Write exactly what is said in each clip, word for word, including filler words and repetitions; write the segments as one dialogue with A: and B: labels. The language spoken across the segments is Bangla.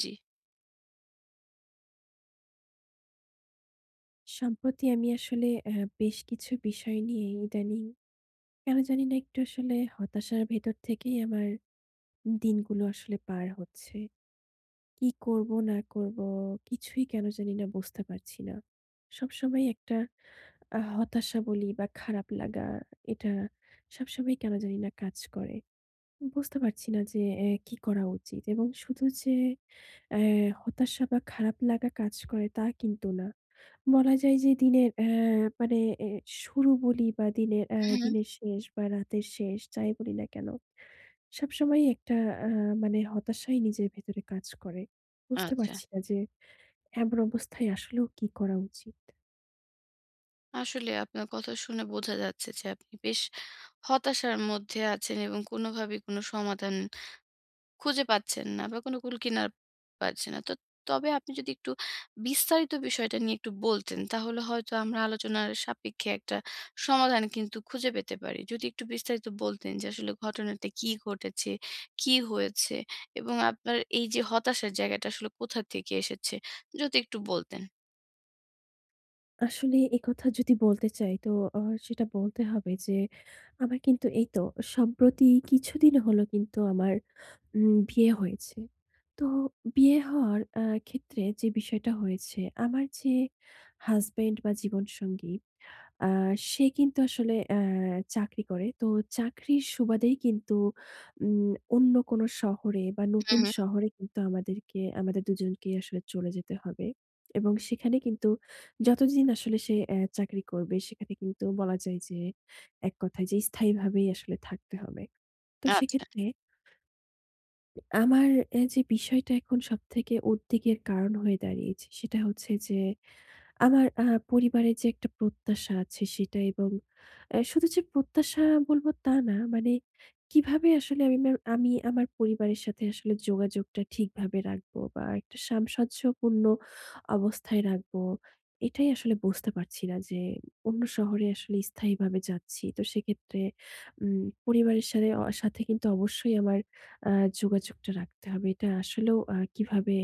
A: জি।
B: সম্প্রতি আমি আসলে আ বেশ কিছু বিষয় নিয়ে ইদানিং কেন জানি না একটু আসলে হতাশার ভেতর থেকেই আমার দিনগুলো আসলে পার হচ্ছে। কি করব না করব কিছুই কেন জানি না বুঝতে পারছি না। সবসময় একটা আ হতাশা বলি বা খারাপ লাগা, এটা সবসময় কেন জানি না কাজ করে। বুঝতে পারছি না যে এ কি করা উচিত। এবং শুধু যে এ হতাশা বা খারাপ লাগা কাজ করে তা কিন্তু না। বলা যায় যে দিনের অ্যা মানে এ শুরু বলি বা দিনের অ্যা
A: হুম, হুম।
B: দিনের শেষ বা রাতের শেষ যাই বলি না কেন, সবসময়ই একটা আ মানে হতাশাই নিজের ভেতরে কাজ করে। বুঝতে
A: আচ্ছা।
B: পারছি না যে এমন অবস্থায় আসলেও কি করা উচিত?
A: আসলে আপনার কথা শুনে বোঝা যাচ্ছে যে আপনি বেশ হতাশার মধ্যে আছেন এবং কোনোভাবেই কোনো সমাধান খুঁজে পাচ্ছেন না বা কোনো কুল কিনারা পাচ্ছেন না। তো তবে আপনি যদি একটু বিস্তারিত বিষয়টা নিয়ে একটু বলতেন তাহলে হয়তো আমরা আলোচনার সাপেক্ষে একটা সমাধান কিন্তু খুঁজে পেতে পারি। যদি একটু বিস্তারিত বলতেন যে আসলে ঘটনাটা কি ঘটেছে, কি হয়েছে এবং আপনার এই যে হতাশার জায়গাটা আসলে কোথা থেকে এসেছে? যদি একটু বলতেন।
B: আসলে একথা যদি বলতে চাই তো আ সেটা বলতে হবে যে, আমার কিন্তু এই তো সম্প্রতি কিছুদিন হলো কিন্তু আমার উম বিয়ে হয়েছে। তো বিয়ে হওয়ার আ ক্ষেত্রে যে বিষয়টা হয়েছে, আমার যে হাসব্যান্ড বা জীবনসঙ্গী, আ সে কিন্তু আসলে অ্যা চাকরি করে। তো চাকরির সুবাদেই কিন্তু উম অন্য কোনো শহরে বা
A: হুম,
B: নতুন
A: হুম।
B: শহরে কিন্তু আমাদেরকে আমাদের দুজনকেই আসলে চলে যেতে হবে। এবং সেখানে কিন্তু যতদিন আসলে সে অ্যা চাকরি করবে, সেখানে কিন্তু বলা যায় যে এক কথায় যে স্থায়ীভাবেই আসলে থাকতে হবে। তো
A: আচ্ছা,
B: সেক্ষেত্রে আমার অ্যা যে বিষয়টা এখন সবথেকে উদ্বেগের কারণ হয়ে দাঁড়িয়েছে সেটা হচ্ছে যে, আমার আ পরিবারের যে একটা প্রত্যাশা আছে সেটা। এবং আ শুধু যে প্রত্যাশা বলব তা না। মানে কিভাবে আসলে আমি ম্যাম আমি আমার পরিবারের সাথে আসলে যোগাযোগটা ঠিকভাবে রাখবো বা একটা সামঞ্জস্যপূর্ণ অবস্থায় রাখবো। এটাই আসলে বুঝতে পারছি না, যে অন্য শহরে আসলে স্থায়ীভাবে যাচ্ছি। তো সেক্ষেত্রে উম পরিবারের সাথে অ সাথে কিন্তু অবশ্যই আমার আ যোগাযোগটা রাখতে হবে। এটা আসলেও আ কিভাবে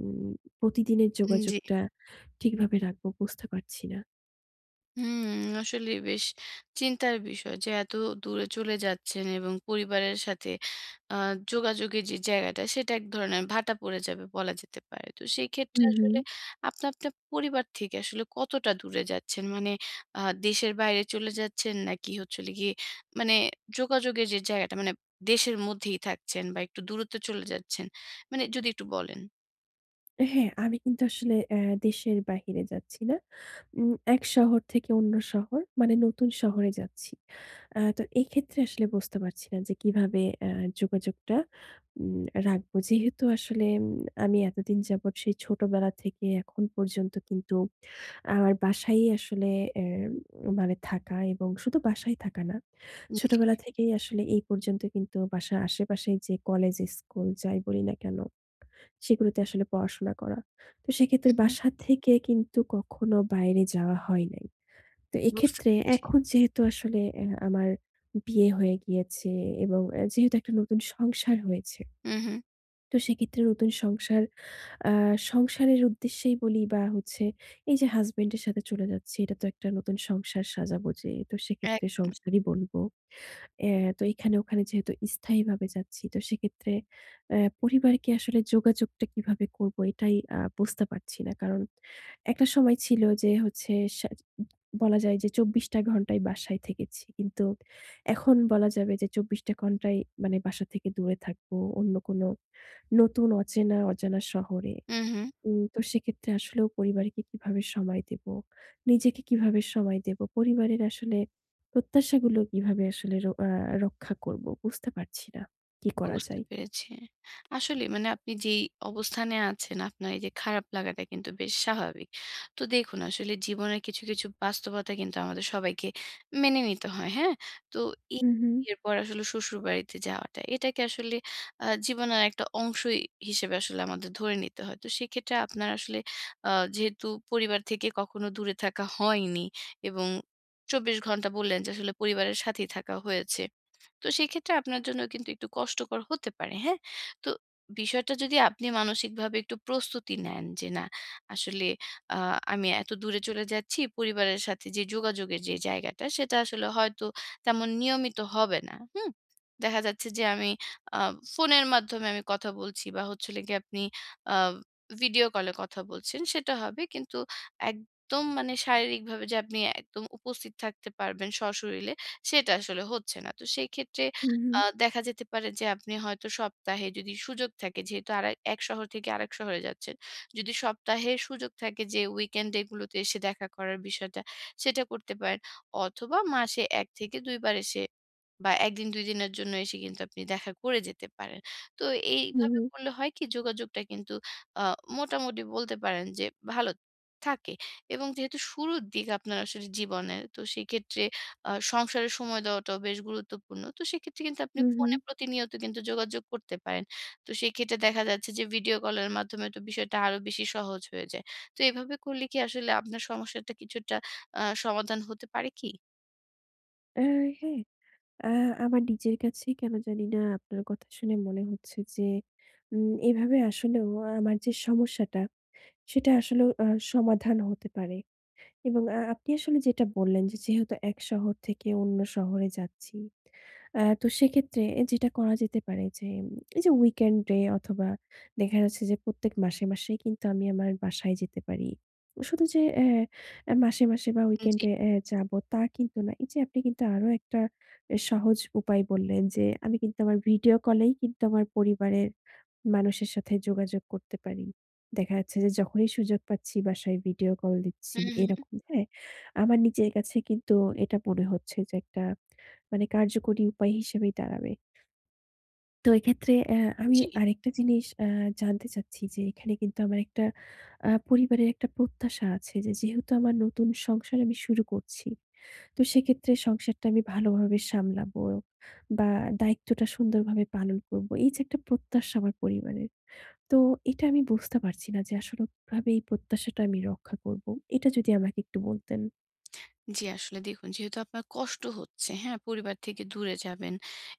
B: উম প্রতিদিনের
A: জি।
B: যোগাযোগটা ঠিকভাবে রাখবো বুঝতে পারছি না।
A: হুম, আসলে বেশ চিন্তার বিষয় যে এত দূরে চলে যাচ্ছেন এবং পরিবারের সাথে আ যোগাযোগের যে জায়গাটা সেটা এক ধরনের ভাটা পড়ে যাবে বলা যেতে পারে। তো সেই ক্ষেত্রে
B: হুম, হুম।
A: আসলে আপনি আপনার পরিবার থেকে আসলে কতটা দূরে যাচ্ছেন? মানে আ দেশের বাইরে চলে যাচ্ছেন নাকি হচ্ছে হলো গিয়ে মানে যোগাযোগের যে জায়গাটা মানে দেশের মধ্যেই থাকছেন বা একটু দূরত্বে চলে যাচ্ছেন? মানে যদি একটু বলেন।
B: হ্যাঁ, আমি কিন্তু আসলে অ্যা দেশের বাহিরে যাচ্ছি না। উম এক শহর থেকে অন্য শহর, মানে নতুন শহরে যাচ্ছি। অ্যা তো এক্ষেত্রে আসলে বুঝতে পারছি না যে কিভাবে অ্যা যোগাযোগটা উম রাখবো। যেহেতু আসলে উম আমি এতদিন যাবৎ, সেই ছোটবেলা থেকে এখন পর্যন্ত কিন্তু আমার বাসায়ই আসলে অ্যা মানে থাকা, এবং শুধু বাসায় থাকা না।
A: হুম,
B: ছোটবেলা থেকেই আসলে এই পর্যন্ত কিন্তু বাসার আশেপাশেই যে কলেজ, স্কুল যাই বলি না কেন, সেগুলোতে আসলে পড়াশোনা করা। তো সেক্ষেত্রে
A: হুম,
B: বাসা থেকে কিন্তু কখনো বাইরে যাওয়া হয় নাই। তো
A: বুঝতে
B: এক্ষেত্রে
A: পেরেছি।
B: এখন যেহেতু আসলে অ্যা আমার বিয়ে হয়ে গিয়েছে এবং অ্যা যেহেতু একটা নতুন সংসার হয়েছে।
A: হুম, হুম।
B: তো সেক্ষেত্রে নতুন সংসার আ সংসারের উদ্দেশ্যেই বলি, বা হচ্ছে এই যে হাসব্যান্ড এর সাথে চলে যাচ্ছি, এটা তো একটা নতুন সংসার সাজাবো যে, তো সেক্ষেত্রে
A: এক
B: সংসারই বলবো। অ্যা তো এখানে ওখানে যেহেতু স্থায়ীভাবে যাচ্ছি, তো সেক্ষেত্রে অ্যা পরিবারকে আসলে যোগাযোগটা কিভাবে করব এটাই আ বুঝতে পারছি না। কারণ একটা সময় ছিল যে হচ্ছে, সা বলা যায় যে চব্বিশ টা ঘন্টাই বাসায় থেকেছি। কিন্তু এখন বলা যাবে যে চব্বিশ টা ঘন্টাই মানে বাসা থেকে দূরে থাকবো। অন্য কোনো নতুন অচেনা অজানা শহরে।
A: হুম, হুম।
B: উম তো সেক্ষেত্রে আসলেও পরিবারকে কিভাবে সময় দেব? নিজেকে কিভাবে সময় দেব? পরিবারের আসলে প্রত্যাশাগুলো কিভাবে আসলে র আ রক্ষা করব? বুঝতে পারছি না। কি করা
A: বুঝতে
B: যায়?
A: পেরেছি। আসলেই মানে আপনি যেই অবস্থানে আছেন, আপনার এই যে খারাপ লাগাটা কিন্তু বেশ স্বাভাবিক। তো দেখুন আসলে জীবনের কিছু, কিছু বাস্তবতা কিন্তু আমাদের সবাইকে মেনে নিতে হয়, হ্যাঁ? তো এই
B: হু, হু,
A: বিয়ের পর আসলে শ্বশুরবাড়িতে যাওয়াটা, এটাকে আসলে আ জীবনের একটা অংশই হিসেবে আসলে আমাদের ধরে নিতে হয়। তো সেক্ষেত্রে আপনার আসলে আ যেহেতু পরিবার থেকে কখনো দূরে থাকা হয়নি এবং চব্বিশ ঘন্টা বললেন যে আসলে পরিবারের সাথেই থাকা হয়েছে। তো সেক্ষেত্রে আপনার জন্য কিন্তু একটু কষ্টকর হতে পারে, হ্যাঁ? তো বিষয়টা যদি আপনি মানসিকভাবে একটু প্রস্তুতি নেন যে না আসলে আ আমি এত দূরে চলে যাচ্ছি, পরিবারের সাথে যে যোগাযোগের যে জায়গাটা সেটা আসলে হয়তো তেমন নিয়মিত হবে না, হুম? দেখা যাচ্ছে যে আমি আ ফোনের মাধ্যমে আমি কথা বলছি বা হচ্ছে হলো গিয়ে আপনি আ ভিডিও কলে কথা বলছেন সেটা হবে। কিন্তু একদম মানে শারীরিকভাবে যে আপনি একদম উপস্থিত থাকতে পারবেন সশরীরে সেটা আসলে হচ্ছে না। তো সেই ক্ষেত্রে
B: হু, হু,
A: আ দেখা যেতে পারে যে আপনি হয়তো সপ্তাহে যদি সুযোগ থাকে যেহেতু আরে এক শহর থেকে আরেক শহরে যাচ্ছেন। যদি সপ্তাহে সুযোগ থাকে যে উইকেন্ডে গুলোতে এসে দেখা করার বিষয়টা সেটা করতে পারেন। অথবা মাসে এক থেকে দুই বার এসে বা এক দিন দুই দিনের জন্য এসে কিন্তু আপনি দেখা করে যেতে পারেন। তো
B: হু,
A: এইভাবে
B: হু,
A: করলে হয় কি যোগাযোগটা কিন্তু আ মোটামুটি বলতে পারেন যে ভালো থাকে। এবং যেহেতু শুরুর দিক আপনার আসলে জীবনের, তো সেক্ষেত্রে আ সংসারে সময় দেওয়াটাও বেশ গুরুত্বপূর্ণ। তো সেক্ষেত্রে কিন্তু আপনি
B: হু, হু।
A: ফোনে প্রতিনিয়ত কিন্তু যোগাযোগ করতে পারেন। তো সেক্ষেত্রে দেখা যাচ্ছে যে ভিডিও কলের মাধ্যমে তো বিষয়টা আরো বেশি সহজ হয়ে যায়। তো এভাবে করলে কি আসলে আপনার সমস্যাটা কিছুটা আ সমাধান হতে পারে কি?
B: আ হ্যাঁ, আ আমার নিজের কাছেই কেন জানি না আপনার কথা শুনে মনে হচ্ছে যে উম এভাবে আসলেও আমার যে সমস্যাটা সেটা আসলেও আ সমাধান হতে পারে। এবং আ আপনি আসলে যেটা বললেন যে, যেহেতু এক শহর থেকে অন্য শহরে যাচ্ছি, আ তো সেক্ষেত্রে যেটা করা যেতে পারে যে, উম, এই যে উইকেন্ডে, অথবা দেখা যাচ্ছে যে প্রত্যেক মাসে, মাসেই কিন্তু আমি আমার বাসায় যেতে পারি। শুধু যে অ্যা অ্যা মাসে, মাসে বা
A: জি।
B: উইকেন্ডে অ্যা যাবো তা কিন্তু না। এই যে আপনি কিন্তু আরো একটা এ সহজ উপায় বললেন যে, আমি কিন্তু আমার ভিডিও কলেই কিন্তু আমার পরিবারের মানুষের সাথে যোগাযোগ করতে পারি। দেখা যাচ্ছে যে যখনই সুযোগ পাচ্ছি বাসায় ভিডিও কল দিচ্ছি
A: হুম, হুম।
B: এরকম, হ্যাঁ? আমার নিজের কাছে কিন্তু এটা মনে হচ্ছে যে একটা, মানে কার্যকরী উপায় হিসেবেই দাঁড়াবে। তো এক্ষেত্রে অ্যা আমি
A: জি।
B: আরেকটা জিনিস অ্যা জানতে চাচ্ছি যে এখানে কিন্তু আমার একটা, আ পরিবারের একটা প্রত্যাশা আছে যে, যেহেতু আমার নতুন সংসার আমি শুরু করছি। তো সেক্ষেত্রে সংসারটা আমি ভালোভাবে সামলাবো বা দায়িত্বটা সুন্দরভাবে পালন করব। এই যে একটা প্রত্যাশা আমার পরিবারের। তো এটা আমি বুঝতে পারছি না যে আসলে কিভাবে এই প্রত্যাশাটা আমি রক্ষা করব। এটা যদি আমাকে একটু বলতেন।
A: জি, আসলে দেখুন যেহেতু আপনার কষ্ট হচ্ছে, হ্যাঁ? পরিবার থেকে দূরে যাবেন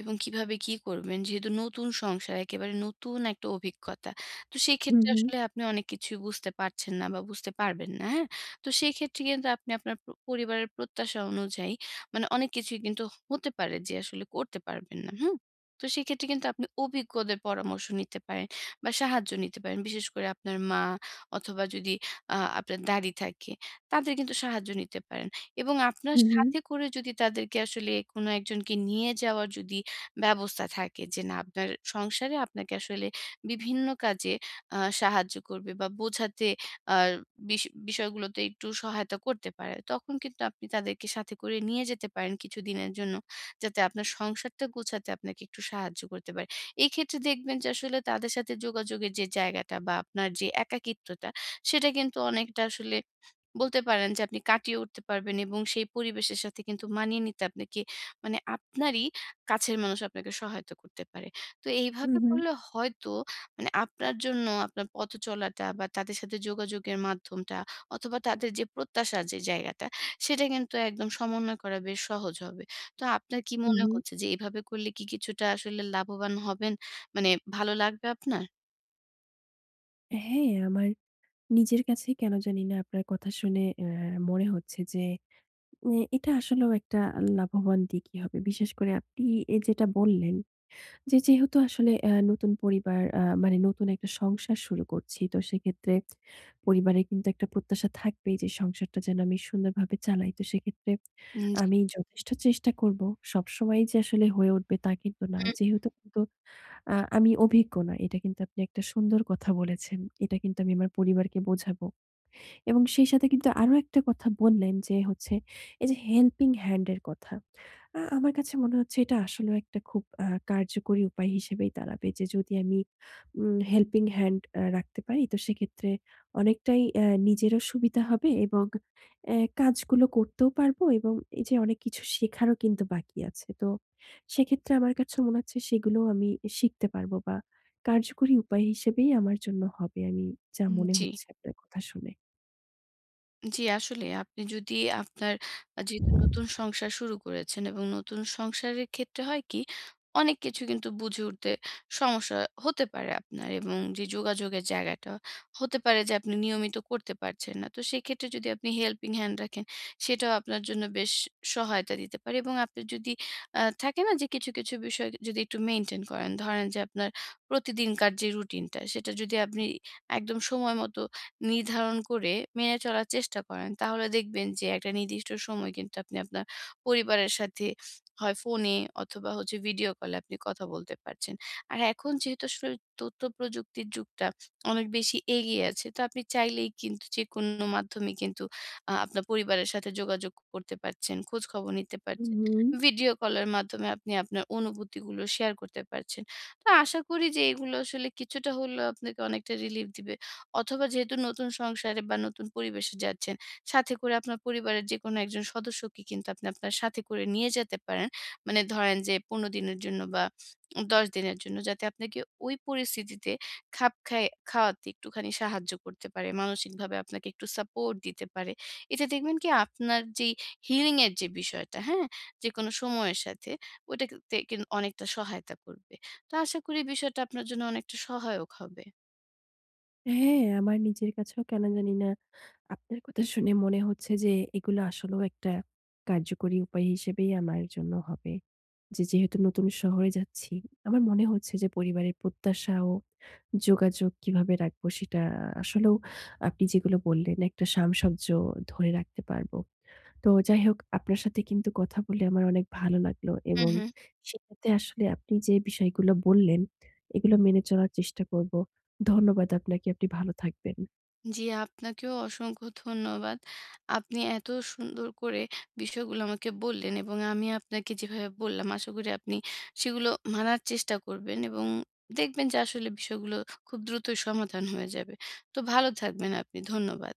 A: এবং কিভাবে কি করবেন, যেহেতু নতুন সংসার একেবারে নতুন একটা অভিজ্ঞতা। তো
B: হুম,
A: সেক্ষেত্রে
B: হুম।
A: আসলে আপনি অনেক কিছুই বুঝতে পারছেন না বা বুঝতে পারবেন না, হ্যাঁ? তো সেক্ষেত্রে কিন্তু আপনি আপনার প পরিবারের প্রত্যাশা অনুযায়ী মানে অনেক কিছুই কিন্তু হতে পারে যে আসলে করতে পারবেন না, হুম? তো সেক্ষেত্রে কিন্তু আপনি অভিজ্ঞদের পরামর্শ নিতে পারেন বা সাহায্য নিতে পারেন। বিশেষ করে আপনার মা অথবা যদি আ আপনার দাদী থাকে, তাদের কিন্তু সাহায্য নিতে পারেন। এবং আপনার
B: হুম, হুম।
A: সাথে করে যদি তাদেরকে আসলে কোনো একজনকে নিয়ে যাওয়ার যদি ব্যবস্থা থাকে যে না আপনার সংসারে আপনাকে আসলে বিভিন্ন কাজে আ সাহায্য করবে বা বোঝাতে আ বিষ বিষয়গুলোতে একটু সহায়তা করতে পারে। তখন কিন্তু আপনি তাদেরকে সাথে করে নিয়ে যেতে পারেন কিছুদিনের জন্য। যাতে আপনার সংসারটা গোছাতে আপনাকে একটু সাহায্য করতে পারে। এই ক্ষেত্রে দেখবেন যে আসলে তাদের সাথে যোগাযোগের যে জায়গাটা বা আপনার যে একাকিত্বতা, সেটা কিন্তু অনেকটা আসলে বলতে পারেন যে আপনি কাটিয়ে উঠতে পারবেন এবং সেই পরিবেশের সাথে কিন্তু মানিয়ে নিতে আপনাকে মানে আপনারই কাছের মানুষ আপনাকে সহায়তা করতে পারে। তো
B: হুম,
A: এইভাবে
B: হুম।
A: করলে হয়তো মানে আপনার জন্য আপনার পথ চলাটা বা তাদের সাথে যোগাযোগের মাধ্যমটা অথবা তাদের যে প্রত্যাশার যে জায়গাটা, সেটা কিন্তু একদম সমন্বয় করা বেশ সহজ হবে। তো আপনার কি
B: হুম,
A: মনে
B: হুম।
A: হচ্ছে যে এভাবে করলে কি কিছুটা আসলে লাভবান হবেন? মানে ভালো লাগবে আপনার?
B: হ্যাঁ, আমার নিজের কাছেই কেন জানি না আপনার কথা শুনে অ্যা মনে হচ্ছে যে, এ এটা আসলেও একটা লাভবান দিকই হবে। বিশেষ করে আপনি এ যেটা বললেন, যে যেহেতু আসলে আ নতুন পরিবার, আ মানে নতুন একটা সংসার শুরু করছি। তো সেক্ষেত্রে পরিবারে কিন্তু একটা প্রত্যাশা থাকবেই যে সংসারটা যেন আমি সুন্দরভাবে চালাই। তো সেক্ষেত্রে
A: উম জি।
B: আমি যথেষ্ট চেষ্টা করব। সবসময়ই যে আসলে হয়ে উঠবে তা কিন্তু না।
A: হুম,
B: যেহেতু কিন্তু আ আমি অভিজ্ঞ না। এটা কিন্তু আপনি একটা সুন্দর কথা বলেছেন। এটা কিন্তু আমি আমার পরিবারকে বোঝাবো। এবং সেই সাথে কিন্তু আরো একটা কথা বললেন যে হচ্ছে এই যে হেল্পিং হ্যান্ড এর কথা। আ আমার কাছে মনে হচ্ছে এটা আসলেও একটা খুব আ কার্যকরী উপায় হিসেবেই দাঁড়াবে যে যদি আমি উম হেল্পিং হ্যান্ড আ রাখতে পারি, তো সেক্ষেত্রে অনেকটাই অ্যা নিজেরও সুবিধা হবে এবং অ্যা কাজগুলো করতেও পারবো, এবং এই যে অনেক কিছু শেখারও কিন্তু বাকি আছে। তো সেক্ষেত্রে আমার কাছে মনে হচ্ছে সেগুলোও আমি শিখতে পারবো বা কার্যকরী উপায় হিসেবেই আমার জন্য হবে, আমি যা
A: হুম।
B: মনে
A: জি।
B: হচ্ছে আপনার কথা শুনে।
A: জি, আসলে আপনি যদি আপনার আ যেহেতু নতুন সংসার শুরু করেছেন এবং নতুন সংসারের ক্ষেত্রে হয় কি, অনেক কিছু কিন্তু বুঝে উঠতে সমস্যা হতে পারে আপনার এবং যে যোগাযোগের জায়গাটা হতে পারে যে আপনি নিয়মিত করতে পারছেন না। তো সেক্ষেত্রে যদি আপনি হেল্পিং হ্যান্ড রাখেন, সেটাও আপনার জন্য বেশ সহায়তা দিতে পারে এবং আপনি যদি আ থাকে না যে কিছু, কিছু বিষয় যদি একটু মেইনটেইন করেন, ধরেন যে আপনার প্রতিদিনকার যে রুটিনটা, সেটা যদি আপনি একদম সময় মতো নির্ধারণ করে মেনে চলার চেষ্টা করেন, তাহলে দেখবেন যে একটা নির্দিষ্ট সময় কিন্তু আপনি আপনার পরিবারের সাথে হয় ফোনে অথবা হচ্ছে ভিডিও কলে আপনি কথা বলতে পারছেন। আর এখন যেহেতু আসলে তথ্য প্রযুক্তির যুগটা অনেক বেশি এগিয়ে আছে, তো আপনি চাইলেই কিন্তু যেকোনো মাধ্যমে কিন্তু আ আপনার পরিবারের সাথে যোগাযোগ করতে পারছেন, খোঁজখবর নিতে পারছেন।
B: হুম,
A: ভিডিও কলের মাধ্যমে আপনি আপনার অনুভূতিগুলো শেয়ার করতে পারছেন। তো আশা করি যে এগুলো আসলে কিছুটা হলেও আপনাকে অনেকটা রিলিফ দিবে। অথবা যেহেতু নতুন সংসারে বা নতুন পরিবেশে যাচ্ছেন, সাথে করে আপনার পরিবারের যেকোনো একজন সদস্যকে কিন্তু আপনি আপনার সাথে করে নিয়ে যেতে পারেন। মানে ধরেন যে পনেরো দিনের জন্য বা দশ দিনের জন্য, যাতে আপনাকে ওই পরিস্থিতিতে খাপ খায় খাওয়াতে একটুখানি সাহায্য করতে পারে। মানসিকভাবে আপনাকে একটু সাপোর্ট দিতে পারে। এতে দেখবেন কি আপনার যেই হিলিং এর যে বিষয়টা, হ্যাঁ? যেকোনো সময়ের সাথে ওইটা তে কিন অনেকটা সহায়তা করবে। তো আশা করি বিষয়টা আপনার জন্য অনেকটা সহায়ক হবে।
B: হ্যাঁ, আমার নিজের কাছেও কেন জানি না আপনার কথা শুনে মনে হচ্ছে যে এগুলো আসলেও একটা কার্যকরী উপায় হিসেবেই আমার জন্য হবে। যে যেহেতু নতুন শহরে যাচ্ছি, আমার মনে হচ্ছে যে পরিবারের প্রত্যাশা ও যোগাযোগ কিভাবে রাখবো, সেটা আসলেও আপনি যেগুলো বললেন একটা সামঞ্জস্য ধরে রাখতে পারবো। তো যাই হোক, আপনার সাথে কিন্তু কথা বলে আমার অনেক ভালো লাগলো,
A: হু,
B: এবং
A: হু।
B: সেটাতে আসলে আপনি যে বিষয়গুলো বললেন এগুলো মেনে চলার চেষ্টা করব। ধন্যবাদ আপনাকে। আপনি ভালো থাকবেন।
A: জি, আপনাকেও অসংখ্য ধন্যবাদ। আপনি এত সুন্দর করে বিষয়গুলো আমাকে বললেন এবং আমি আপনাকে যেভাবে বললাম, আশা করি আপনি সেগুলো মানার চেষ্টা করবেন এবং দেখবেন যে আসলে বিষয়গুলো খুব দ্রুতই সমাধান হয়ে যাবে। তো ভালো থাকবেন আপনি। ধন্যবাদ।